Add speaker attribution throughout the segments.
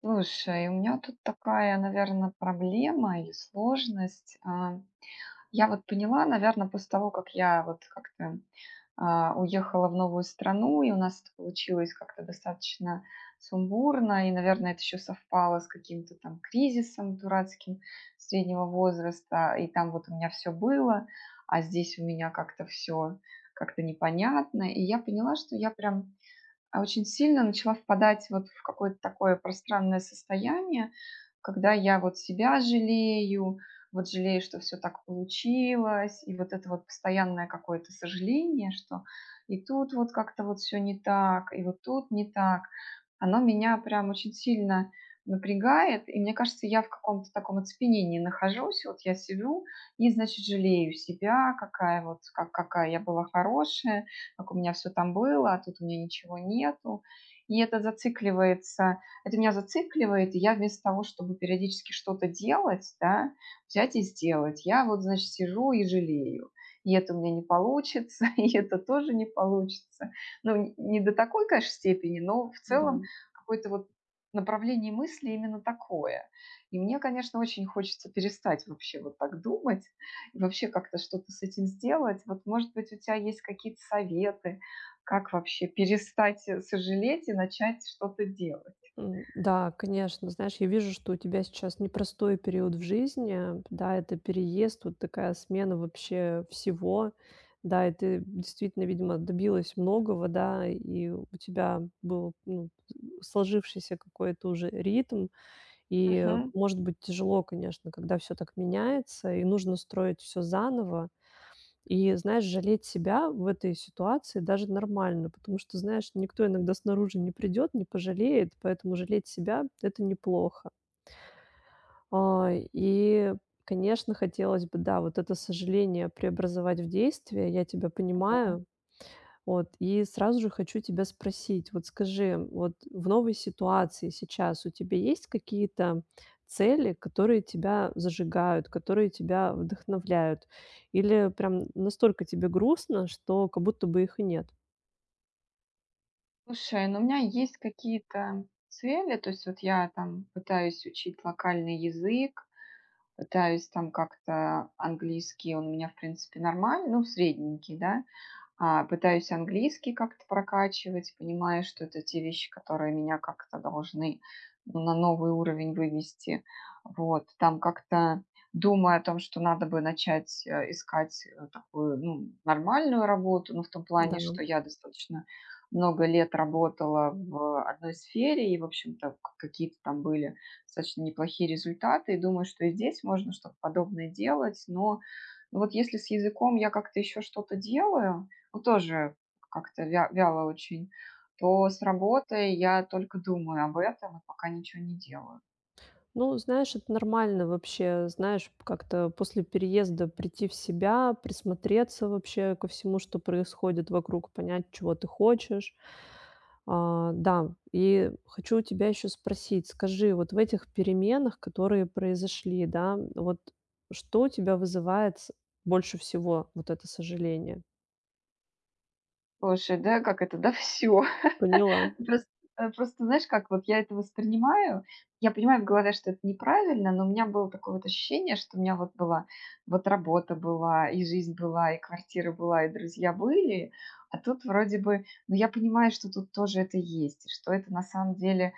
Speaker 1: Слушай, у меня тут такая, наверное, проблема или сложность. Я вот поняла, наверное, после того, как я вот как-то уехала в новую страну, и у нас это получилось как-то достаточно сумбурно, и, наверное, это еще совпало с каким-то там кризисом дурацким среднего возраста, и там вот у меня все было, а здесь у меня как-то все как-то непонятно, и я поняла, что я прям очень сильно начала впадать вот в какое-то такое пространное состояние, когда я вот себя жалею, вот жалею, что все так получилось, и вот это вот постоянное какое-то сожаление, что и тут вот как-то вот все не так, и вот тут не так, оно меня прям очень сильно напрягает, и мне кажется, я в каком-то таком оцепенении нахожусь. Вот я сижу и, значит, жалею себя, какая вот, как, какая я была хорошая, как у меня все там было, а тут у меня ничего нету. И это зацикливается, это меня зацикливает, и я вместо того, чтобы периодически что-то делать, да, взять и сделать, я вот, значит, сижу и жалею. И это у меня не получится, и это тоже не получится. Ну, не до такой, конечно, степени, но в
Speaker 2: Да,
Speaker 1: целом какой-то вот направление мысли именно такое. И мне, конечно, очень хочется перестать вообще вот так думать, вообще как-то что-то с этим сделать. Вот, может быть, у тебя есть какие-то советы, как вообще перестать сожалеть и начать что-то делать?
Speaker 2: да, конечно. Знаешь, я вижу, что у тебя сейчас непростой период в жизни. Да, это переезд, вот такая смена вообще всего. Да, и ты действительно, видимо, добилась многого, да, и у тебя был, ну, сложившийся какой-то уже ритм. И
Speaker 1: Мгм.
Speaker 2: может быть тяжело, конечно, когда все так меняется, и нужно строить все заново. И, знаешь, жалеть себя в этой ситуации даже нормально, потому что, знаешь, никто иногда снаружи не придет, не пожалеет, поэтому жалеть себя- это неплохо. А, и, конечно, хотелось бы, да, вот это сожаление преобразовать в действие. Я тебя
Speaker 1: Ага.
Speaker 2: понимаю, вот, и сразу же хочу тебя спросить, вот скажи, вот в новой ситуации сейчас у тебя есть какие-то цели, которые тебя зажигают, которые тебя вдохновляют? Или прям настолько тебе грустно, что как будто бы их и нет?
Speaker 1: Слушай, ну у меня есть какие-то цели, то есть вот я там пытаюсь учить локальный язык, пытаюсь там как-то английский, он у меня, в принципе, нормальный, ну, средненький, да. Пытаюсь английский как-то прокачивать, понимаю, что это те вещи, которые меня как-то должны ну, на новый уровень вывести. Вот, там как-то думаю о том, что надо бы начать искать такую, ну, нормальную работу, но в том плане,
Speaker 2: Да.
Speaker 1: что я достаточно много лет работала в одной сфере, и, в общем-то, какие-то там были достаточно неплохие результаты, и думаю, что и здесь можно что-то подобное делать, но ну, вот если с языком я как-то еще что-то делаю, ну, тоже как-то вяло очень, то с работой я только думаю об этом и пока ничего не делаю.
Speaker 2: Ну, знаешь, это нормально вообще, знаешь, как-то после переезда прийти в себя, присмотреться вообще ко всему, что происходит вокруг, понять, чего ты хочешь. А, да, и хочу у тебя еще спросить, скажи, вот в этих переменах, которые произошли, да, вот что у тебя вызывает больше всего вот это сожаление?
Speaker 1: Слушай, да, как это, да, все.
Speaker 2: Поняла,
Speaker 1: Просто, просто, знаешь, как вот я это воспринимаю, я понимаю в голове, что это неправильно, но у меня было такое вот ощущение, что у меня вот была, вот работа была, и жизнь была, и квартира была, и друзья были, а тут вроде бы, но я понимаю, что тут тоже это есть, и что это на самом деле.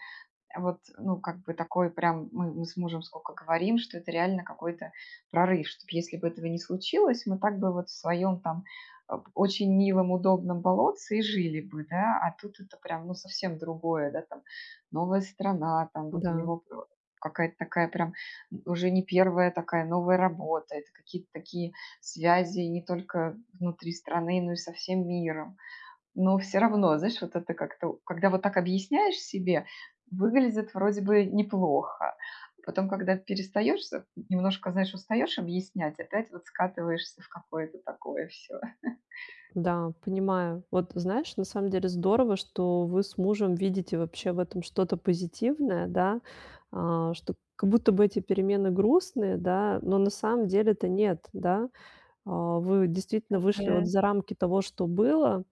Speaker 1: А вот, ну, как бы такой прям, мы с мужем сколько говорим, что это реально какой-то прорыв, чтобы если бы этого не случилось, мы так бы вот в своем там очень милом, удобном болотце и жили бы, да, а тут это прям, ну, совсем другое, да, там новая страна, там вот у
Speaker 2: да.
Speaker 1: него какая-то такая прям уже не первая такая новая работа, это какие-то такие связи не только внутри страны, но и со всем миром. Но все равно, знаешь, вот это как-то, когда вот так объясняешь себе, выглядит вроде бы неплохо. Потом, когда перестаешь, немножко, знаешь, устаешь объяснять, опять вот скатываешься в какое-то такое все.
Speaker 2: Да, понимаю. Вот знаешь, на самом деле здорово, что вы с мужем видите вообще в этом что-то позитивное, да, а, что как будто бы эти перемены грустные, да, но на самом деле это нет, да. А, вы действительно вышли вот
Speaker 1: Мгм.
Speaker 2: за рамки того, что было,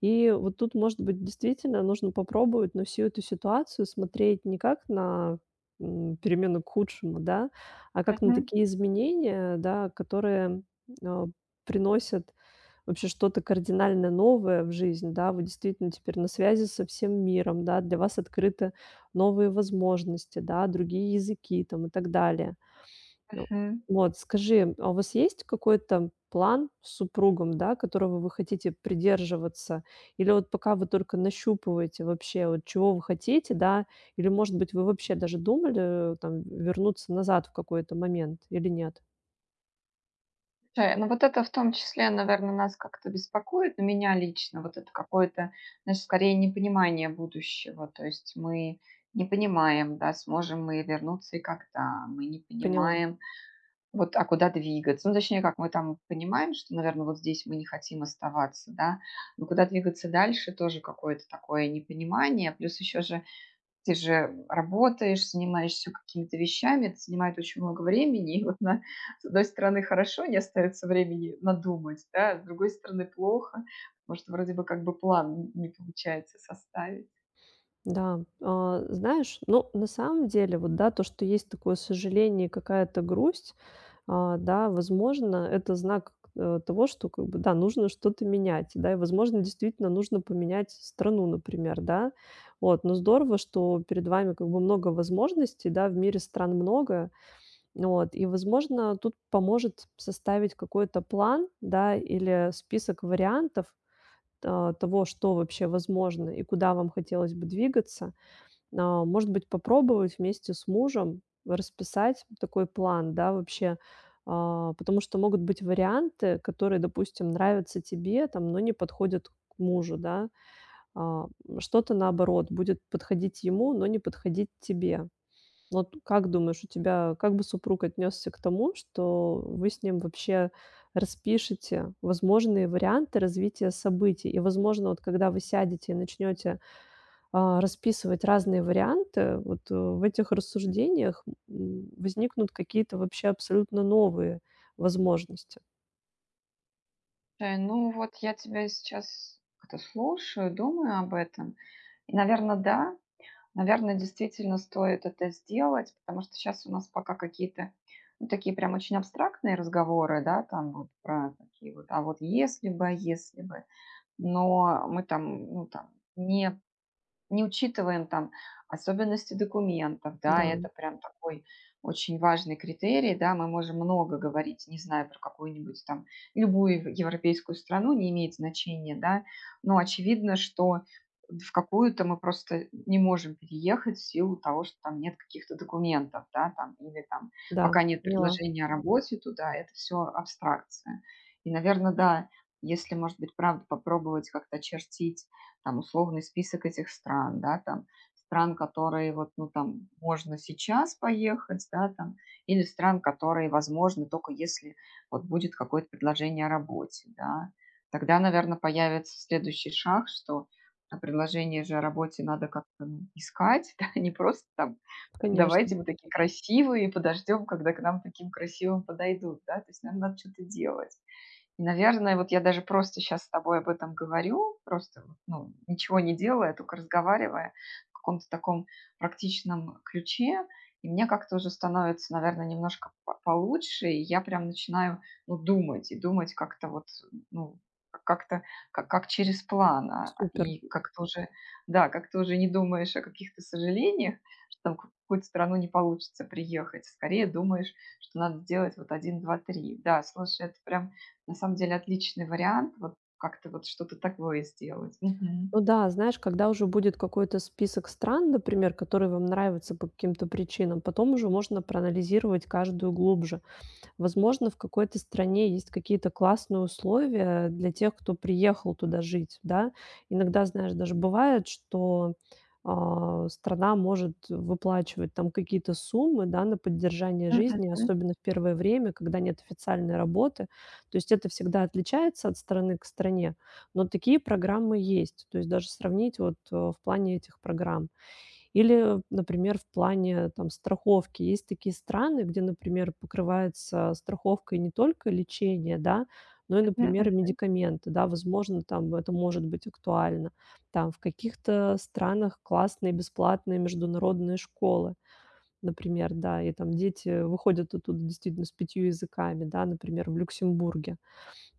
Speaker 2: и вот тут, может быть, действительно нужно попробовать на всю эту ситуацию смотреть не как на перемену к худшему, да, а как на
Speaker 1: Мгм.
Speaker 2: такие изменения, да, которые а, приносят вообще что-то кардинально новое в жизнь, да. вы действительно теперь на связи со всем миром, да, для вас открыты новые возможности, да, другие языки там и так далее. Ну
Speaker 1: Мгм.
Speaker 2: вот, скажи, а у вас есть какой-то план с супругом, да, которого вы хотите придерживаться? Или вот пока вы только нащупываете вообще, вот чего вы хотите, да? Или, может быть, вы вообще даже думали, там вернуться назад в какой-то момент или нет?
Speaker 1: Слушай, ну вот это в том числе, наверное, нас как-то беспокоит, ну, меня лично, вот это какое-то, знаешь, скорее непонимание будущего. То есть мы не понимаем, да, сможем мы вернуться и когда. Мы не
Speaker 2: Поняла.
Speaker 1: понимаем, вот, а куда двигаться? Ну, точнее, как мы там понимаем, что, наверное, вот здесь мы не хотим оставаться, да, но куда двигаться дальше тоже какое-то такое непонимание. Плюс еще же ты же работаешь, занимаешься какими-то вещами, это занимает очень много времени. И вот на, с одной стороны хорошо, не остается времени надумать, да, с другой стороны плохо, потому что вроде бы как бы план не получается составить.
Speaker 2: Да, а, знаешь, ну, на самом деле, вот, да, то, что есть такое сожаление и какая-то грусть, а, да, возможно, это знак того, что, как бы, да, нужно что-то менять, да, и, возможно, действительно нужно поменять страну, например, да, вот, но здорово, что перед вами, как бы, много возможностей, да, в мире стран много, вот, и, возможно, тут поможет составить какой-то план, да, или список вариантов, а, того, что вообще возможно и куда вам хотелось бы двигаться, а, может быть, попробовать вместе с мужем расписать такой план, да, вообще. А, потому что могут быть варианты, которые, допустим, нравятся тебе, там, но не подходят к мужу, да. А, что-то наоборот будет подходить ему, но не подходить тебе. Вот как думаешь, у тебя как бы супруг отнесся к тому, что вы с ним вообще распишете возможные варианты развития событий? И, возможно, вот когда вы сядете и начнете а, расписывать разные варианты, вот, в этих рассуждениях, возникнут какие-то вообще абсолютно новые возможности.
Speaker 1: Слушай, ну вот я тебя сейчас как-то слушаю, думаю об этом. И, наверное, да, наверное, действительно стоит это сделать, потому что сейчас у нас пока какие-то ну, такие прям очень абстрактные разговоры, да, там вот про такие вот, а вот если бы, а если бы, но мы там, ну, там не учитываем там особенности документов, да,
Speaker 2: Да,
Speaker 1: это прям такой очень важный критерий, да, мы можем много говорить, не знаю, про какую-нибудь там любую европейскую страну, не имеет значения, да, но очевидно, что в какую-то мы просто не можем переехать в силу того, что там нет каких-то документов, да, там, или там
Speaker 2: да,
Speaker 1: пока нет
Speaker 2: поняла,
Speaker 1: предложения о работе туда, это все абстракция. И, наверное, да, если, может быть, правда попробовать как-то чертить там условный список этих стран, да, там стран, которые вот, ну, там можно сейчас поехать, да, там, или стран, которые возможно только если вот будет какое-то предложение о работе, да. Тогда, наверное, появится следующий шаг, что предложение же о работе надо как-то ну, искать, да, не просто там давайте
Speaker 2: конечно,
Speaker 1: мы такие красивые и подождем, когда к нам таким красивым подойдут, да, то есть нам надо что-то делать. И, наверное, вот я даже просто сейчас с тобой об этом говорю, просто вот, ну, ничего не делая, только разговаривая в каком-то таком практичном ключе, и мне как-то уже становится, наверное, немножко получше, и я прям начинаю ну, думать, и думать как-то вот, ну, как-то как через план,
Speaker 2: супер.
Speaker 1: и как-то уже, да, как-то уже не думаешь о каких-то сожалениях, что там в какую-то страну не получится приехать, скорее думаешь, что надо сделать вот один, два, три. Да, слушай, это прям на самом деле отличный вариант, вот как-то вот что-то такое сделать. Мгм.
Speaker 2: Ну да, знаешь, когда уже будет какой-то список стран, например, которые вам нравятся по каким-то причинам, потом уже можно проанализировать каждую глубже. Возможно, в какой-то стране есть какие-то классные условия для тех, кто приехал туда жить, да. Иногда, знаешь, даже бывает, что, а, страна может выплачивать там какие-то суммы, да, на поддержание
Speaker 1: М,
Speaker 2: жизни,
Speaker 1: мгм,
Speaker 2: особенно в первое время, когда нет официальной работы. То есть это всегда отличается от страны к стране, но такие программы есть. То есть даже сравнить вот, в плане этих программ. Или, например, в плане там страховки. Есть такие страны, где, например, покрывается страховкой не только лечение, да, но и,
Speaker 1: мгм,
Speaker 2: например, и
Speaker 1: мгм,
Speaker 2: медикаменты, да, возможно, там это может быть актуально. Там в каких-то странах классные бесплатные международные школы, например, да, и там дети выходят оттуда действительно с пятью языками, да, например, в Люксембурге.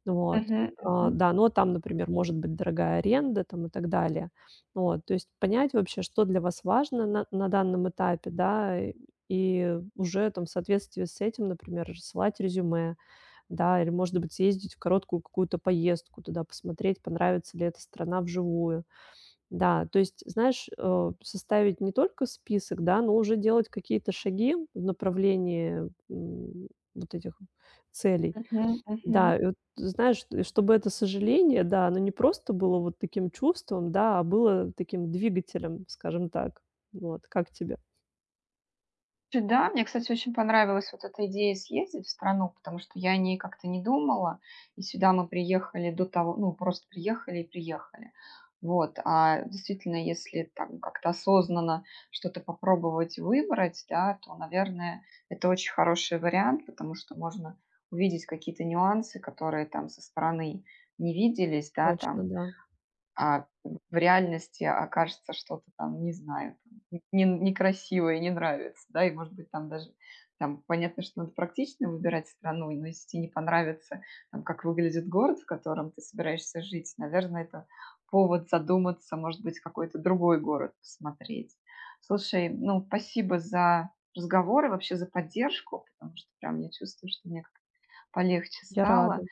Speaker 2: Вот,
Speaker 1: мгм,
Speaker 2: а, да, но там, например, может быть дорогая аренда там и так далее. Вот, то есть понять вообще, что для вас важно на данном этапе, да, и уже там в соответствии с этим, например, рассылать резюме, да, или, может быть, съездить в короткую какую-то поездку туда, посмотреть, понравится ли эта страна вживую. Да, то есть, знаешь, составить не только список, да, но уже делать какие-то шаги в направлении, вот этих целей.
Speaker 1: мгм, мгм.
Speaker 2: Да, и вот знаешь, и чтобы это сожаление, да, оно не просто было вот таким чувством, да, а было таким двигателем, скажем так. Вот, как тебе?
Speaker 1: Да, мне, кстати, очень понравилась вот эта идея съездить в страну, потому что я о ней как-то не думала. И сюда мы приехали до того, ну, просто приехали и приехали. Вот, а действительно, если там как-то осознанно что-то попробовать выбрать, да, то, наверное, это очень хороший вариант, потому что можно увидеть какие-то нюансы, которые там со стороны не виделись, да,
Speaker 2: Точно,
Speaker 1: там
Speaker 2: да.
Speaker 1: а в реальности окажется что-то там, не знаю, там, не некрасивое, не нравится, да, и, может быть, там даже там понятно, что надо практично выбирать страну, но если те не понравится, там, как выглядит город, в котором ты собираешься жить, наверное, это повод задуматься, может быть, какой-то другой город посмотреть. Слушай, ну, спасибо за разговор и вообще за поддержку, потому что прям я чувствую, что мне как-то полегче
Speaker 2: Я
Speaker 1: стало.
Speaker 2: рада.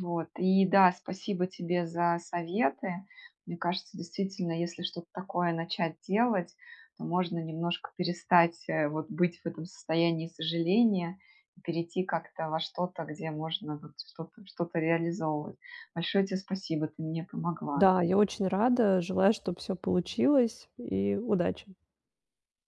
Speaker 1: Вот. И да, спасибо тебе за советы. Мне кажется, действительно, если что-то такое начать делать, то можно немножко перестать вот быть в этом состоянии сожаления и перейти как-то во что-то, где можно вот что-то что реализовывать. Большое тебе спасибо, ты мне помогла.
Speaker 2: Да, я очень рада. Желаю, чтобы все получилось, и удачи.